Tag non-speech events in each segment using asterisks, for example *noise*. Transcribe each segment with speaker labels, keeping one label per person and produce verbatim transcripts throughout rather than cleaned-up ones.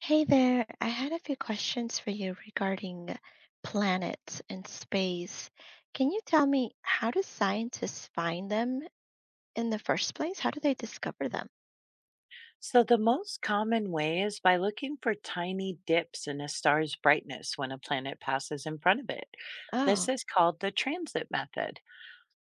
Speaker 1: Hey there, I had a few questions for you regarding planets and space. Can you tell me how do scientists find them in the first place? How do they discover them?
Speaker 2: So, the most common way is by looking for tiny dips in a star's brightness when a planet passes in front of it.
Speaker 1: Oh,
Speaker 2: This is called the transit method.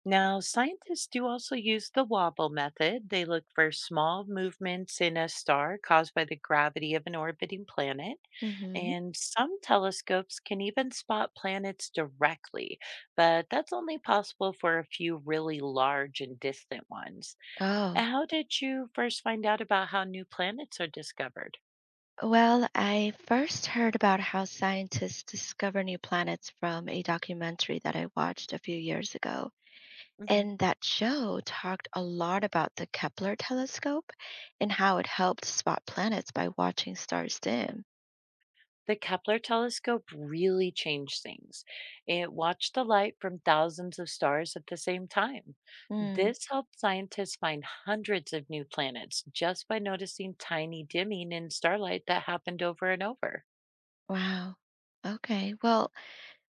Speaker 2: Now, scientists do also use the wobble method. They look for small movements in a star caused by the gravity of an orbiting planet.
Speaker 1: mm-hmm.
Speaker 2: And some telescopes can even spot planets directly, but that's only possible for a few really large and distant ones.
Speaker 1: Oh,
Speaker 2: How did you first find out about how new planets are discovered?
Speaker 1: well, I first heard about how scientists discover new planets from a documentary that I watched a few years ago.
Speaker 2: Mhm.
Speaker 1: And that show talked a lot about the Kepler telescope and how it helped spot planets by watching stars dim.
Speaker 2: The Kepler telescope really changed things. It watched the light from thousands of stars at the same time.
Speaker 1: Hmm.
Speaker 2: This helped scientists find hundreds of new planets just by noticing tiny dimming in starlight that happened over and over.
Speaker 1: Wow. Okay. Well,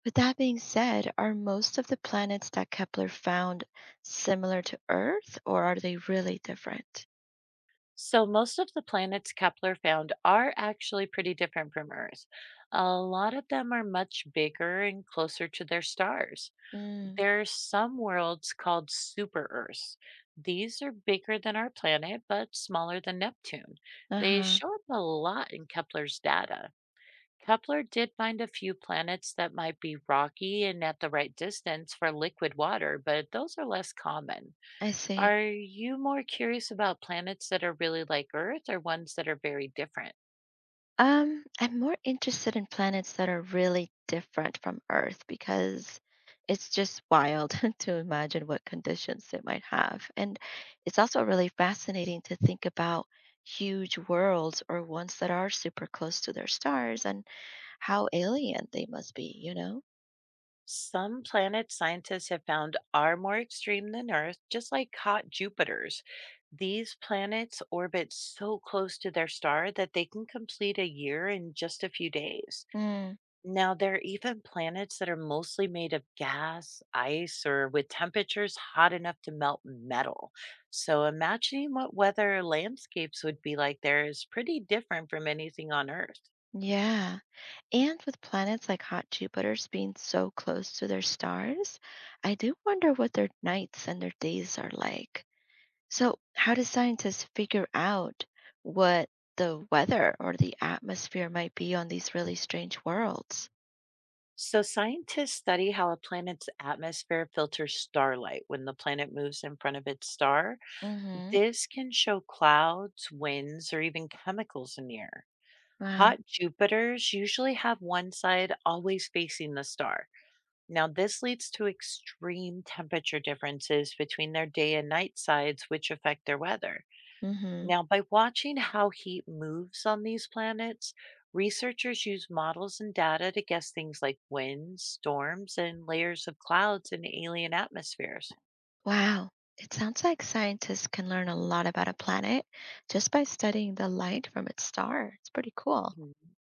Speaker 1: with that being said, are most of the planets that Kepler found similar to Earth, or are they really different?
Speaker 2: So, most of the planets Kepler found are actually pretty different from Earth. A lot of them are much bigger and closer to their stars.
Speaker 1: Mm,
Speaker 2: There are some worlds called super Earths. These are bigger than our planet, but smaller than Neptune. They
Speaker 1: uh-huh.
Speaker 2: show up a lot in Kepler's data. Kepler did find a few planets that might be rocky and at the right distance for liquid water, but those are less common.
Speaker 1: I see.
Speaker 2: Are you more curious about planets that are really like Earth or ones that are very different?
Speaker 1: Um, I'm more interested in planets that are really different from Earth because it's just wild *laughs* to imagine what conditions it might have. And it's also really fascinating to think about huge worlds or ones that are super close to their stars and how alien they must be, you know?
Speaker 2: Some planets scientists have found are more extreme than Earth, just like hot Jupiter's. These planets orbit so close to their star that they can complete a year in just a few days.
Speaker 1: Mm,
Speaker 2: Now, there are even planets that are mostly made of gas, ice, or with temperatures hot enough to melt metal. So, imagining what weather landscapes would be like there is pretty different from anything on Earth.
Speaker 1: yeah. And with planets like hot Jupiters being so close to their stars, I do wonder what their nights and their days are like. So, how do scientists figure out what the weather or the atmosphere might be on these really strange worlds?
Speaker 2: So, scientists study how a planet's atmosphere filters starlight when the planet moves in front of its star.
Speaker 1: Mm-hmm.
Speaker 2: This can show clouds, winds, or even chemicals in the air.
Speaker 1: Wow.
Speaker 2: Hot Jupiters usually have one side always facing the star. Now, this leads to extreme temperature differences between their day and night sides, which affect their weather.
Speaker 1: Mm-hmm.
Speaker 2: Now, by watching how heat moves on these planets, researchers use models and data to guess things like winds, storms, and layers of clouds in alien atmospheres.
Speaker 1: Wow. It sounds like scientists can learn a lot about a planet just by studying the light from its star. It's pretty cool.
Speaker 2: Mhm.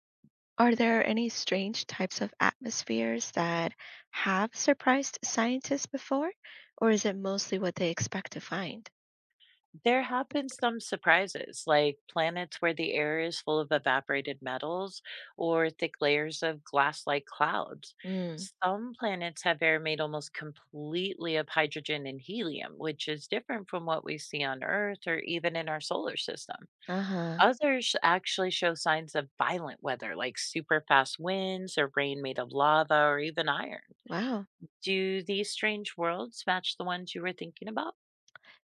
Speaker 1: Are there any strange types of atmospheres that have surprised scientists before, or is it mostly what they expect to find?
Speaker 2: There have been some surprises, like planets where the air is full of evaporated metals or thick layers of glass like clouds.
Speaker 1: Mm,
Speaker 2: Some planets have air made almost completely of hydrogen and helium, which is different from what we see on Earth or even in our solar system.
Speaker 1: uh-huh.
Speaker 2: Others actually show signs of violent weather, like super fast winds or rain made of lava or even iron.
Speaker 1: Wow.
Speaker 2: Do these strange worlds match the ones you were thinking about?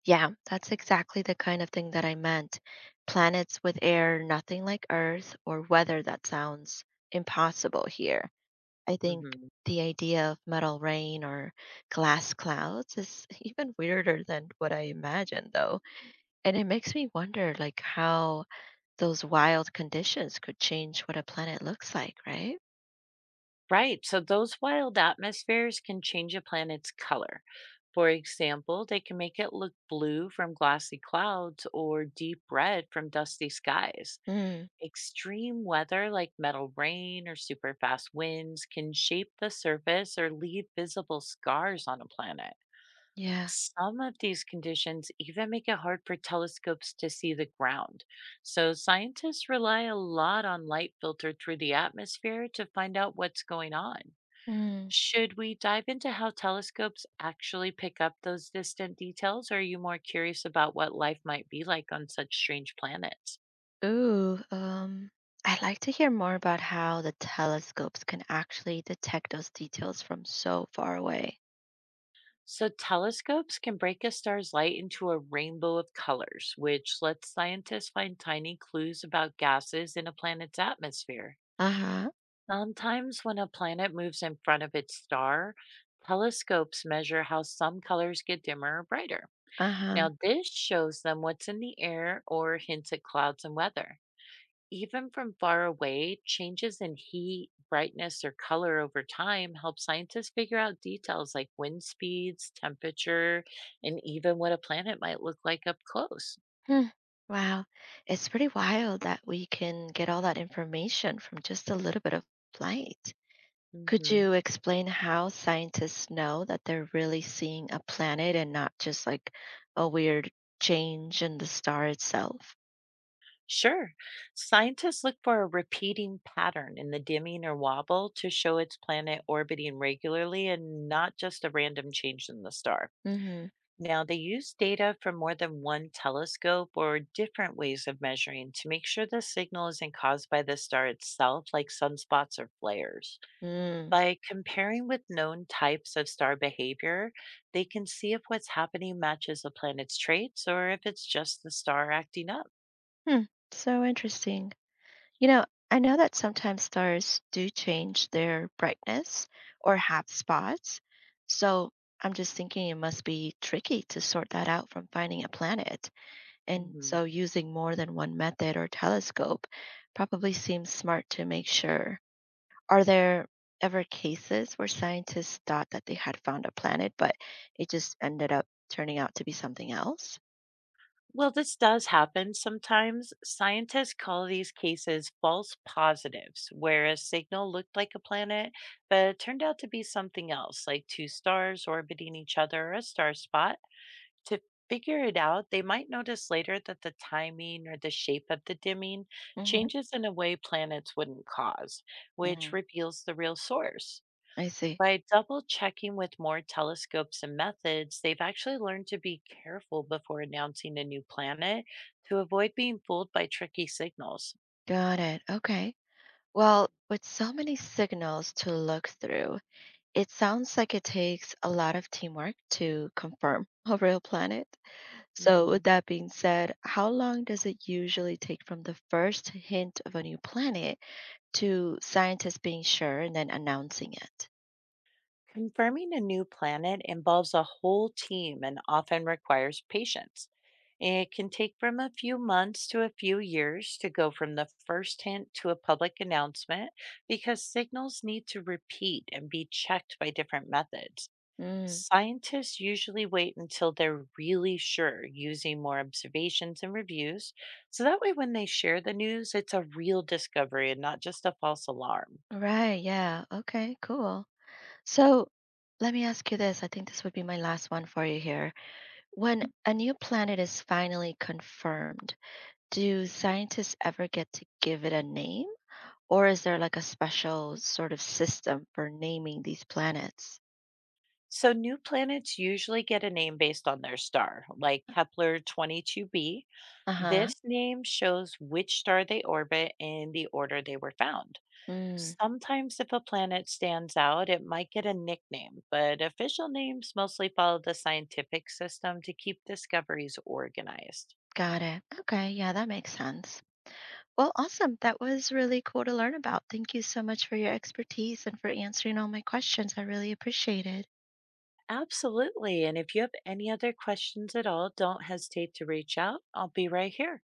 Speaker 1: Yeah, that's exactly the kind of thing that I meant. Planets with air nothing like Earth or weather that sounds impossible here. I think
Speaker 2: Hmm.
Speaker 1: the idea of metal rain or glass clouds is *laughs* even weirder than what I imagined, though. And it makes me wonder, like, how those wild conditions could change what a planet looks like, right?
Speaker 2: Right, so those wild atmospheres can change a planet's color. For example, they can make it look blue from glassy clouds or deep red from dusty skies.
Speaker 1: Mm,
Speaker 2: Extreme weather, like metal rain or super fast winds, can shape the surface or leave visible scars on a planet.
Speaker 1: yeah.
Speaker 2: Some of these conditions even make it hard for telescopes to see the ground. So, scientists rely a lot on light filtered through the atmosphere to find out what's going on.
Speaker 1: Mm.
Speaker 2: Should we dive into how telescopes actually pick up those distant details, or are you more curious about what life might be like on such strange planets?
Speaker 1: Ooh, um, I'd like to hear more about how the telescopes can actually detect those details from so far away.
Speaker 2: So, telescopes can break a star's light into a rainbow of colors, which lets scientists find tiny clues about gases in a planet's atmosphere.
Speaker 1: Uh-huh.
Speaker 2: Sometimes, when a planet moves in front of its star, telescopes measure how some colors get dimmer or brighter.
Speaker 1: Uh-huh.
Speaker 2: Now, this shows them what's in the air or hints at clouds and weather. Even from far away, changes in heat, brightness, or color over time help scientists figure out details like wind speeds, temperature, and even what a planet might look like up close.
Speaker 1: Hmm. Wow. It's pretty wild that we can get all that information from just a little bit of light. Could
Speaker 2: Hmm.
Speaker 1: you explain how scientists know that they're really seeing a planet and not just like a weird change in the star itself?
Speaker 2: Sure. Scientists look for a repeating pattern in the dimming or wobble to show its planet orbiting regularly and not just a random change in the star.
Speaker 1: Mm-hmm.
Speaker 2: Now, they use data from more than one telescope or different ways of measuring to make sure the signal isn't caused by the star itself, like sunspots or flares.
Speaker 1: Mm.
Speaker 2: By comparing with known types of star behavior, they can see if what's happening matches the planet's traits or if it's just the star acting up.
Speaker 1: Hmm. So interesting. You know, I know that sometimes stars do change their brightness or have spots. So I'm just thinking it must be tricky to sort that out from finding a planet. And
Speaker 2: Mhm.
Speaker 1: so using more than one method or telescope probably seems smart to make sure. Are there ever cases where scientists thought that they had found a planet, but it just ended up turning out to be something else?
Speaker 2: Well, this does happen sometimes. Scientists call these cases false positives, where a signal looked like a planet, but it turned out to be something else, like two stars orbiting each other or a star spot. To figure it out, they might notice later that the timing or the shape of the dimming
Speaker 1: Hmm.
Speaker 2: changes in a way planets wouldn't cause, which
Speaker 1: Hmm.
Speaker 2: reveals the real source.
Speaker 1: I see.
Speaker 2: By double checking with more telescopes and methods, they've actually learned to be careful before announcing a new planet to avoid being fooled by tricky signals.
Speaker 1: Got it. Okay. Well, with so many signals to look through, it sounds like it takes a lot of teamwork to confirm *laughs* a real planet. So,
Speaker 2: Hmm.
Speaker 1: with that being said, how long does it usually take from the first hint of a new planet to scientists being sure and then announcing it?
Speaker 2: Confirming a new planet involves a whole team and often requires patience. It can take from a few months to a few years to go from the first hint to a public announcement because signals need to repeat and be checked by different methods.
Speaker 1: Mm,
Speaker 2: Scientists usually wait until they're really sure using more observations and reviews. So that way, when they share the news, it's a real discovery and not just a false alarm.
Speaker 1: right, yeah. Okay, cool. So, let me ask you this. I think this would be my last one for you here. When a new planet is finally confirmed, do scientists ever get to give it a name? Or is there like a special sort of system for naming these planets?
Speaker 2: So, new planets usually get a name based on their star, like Kepler twenty two b.
Speaker 1: Uh huh.
Speaker 2: This name shows which star they orbit and the order they were found.
Speaker 1: Mm,
Speaker 2: Sometimes, if a planet stands out, it might get a nickname, but official names mostly follow the scientific system to keep discoveries organized.
Speaker 1: got it. Okay. Yeah, that makes sense. Well, awesome. That was really cool to learn about. Thank you so much for your expertise and for answering all my questions. I really appreciate it.
Speaker 2: Absolutely. And if you have any other questions at all, don't hesitate to reach out. I'll be right here.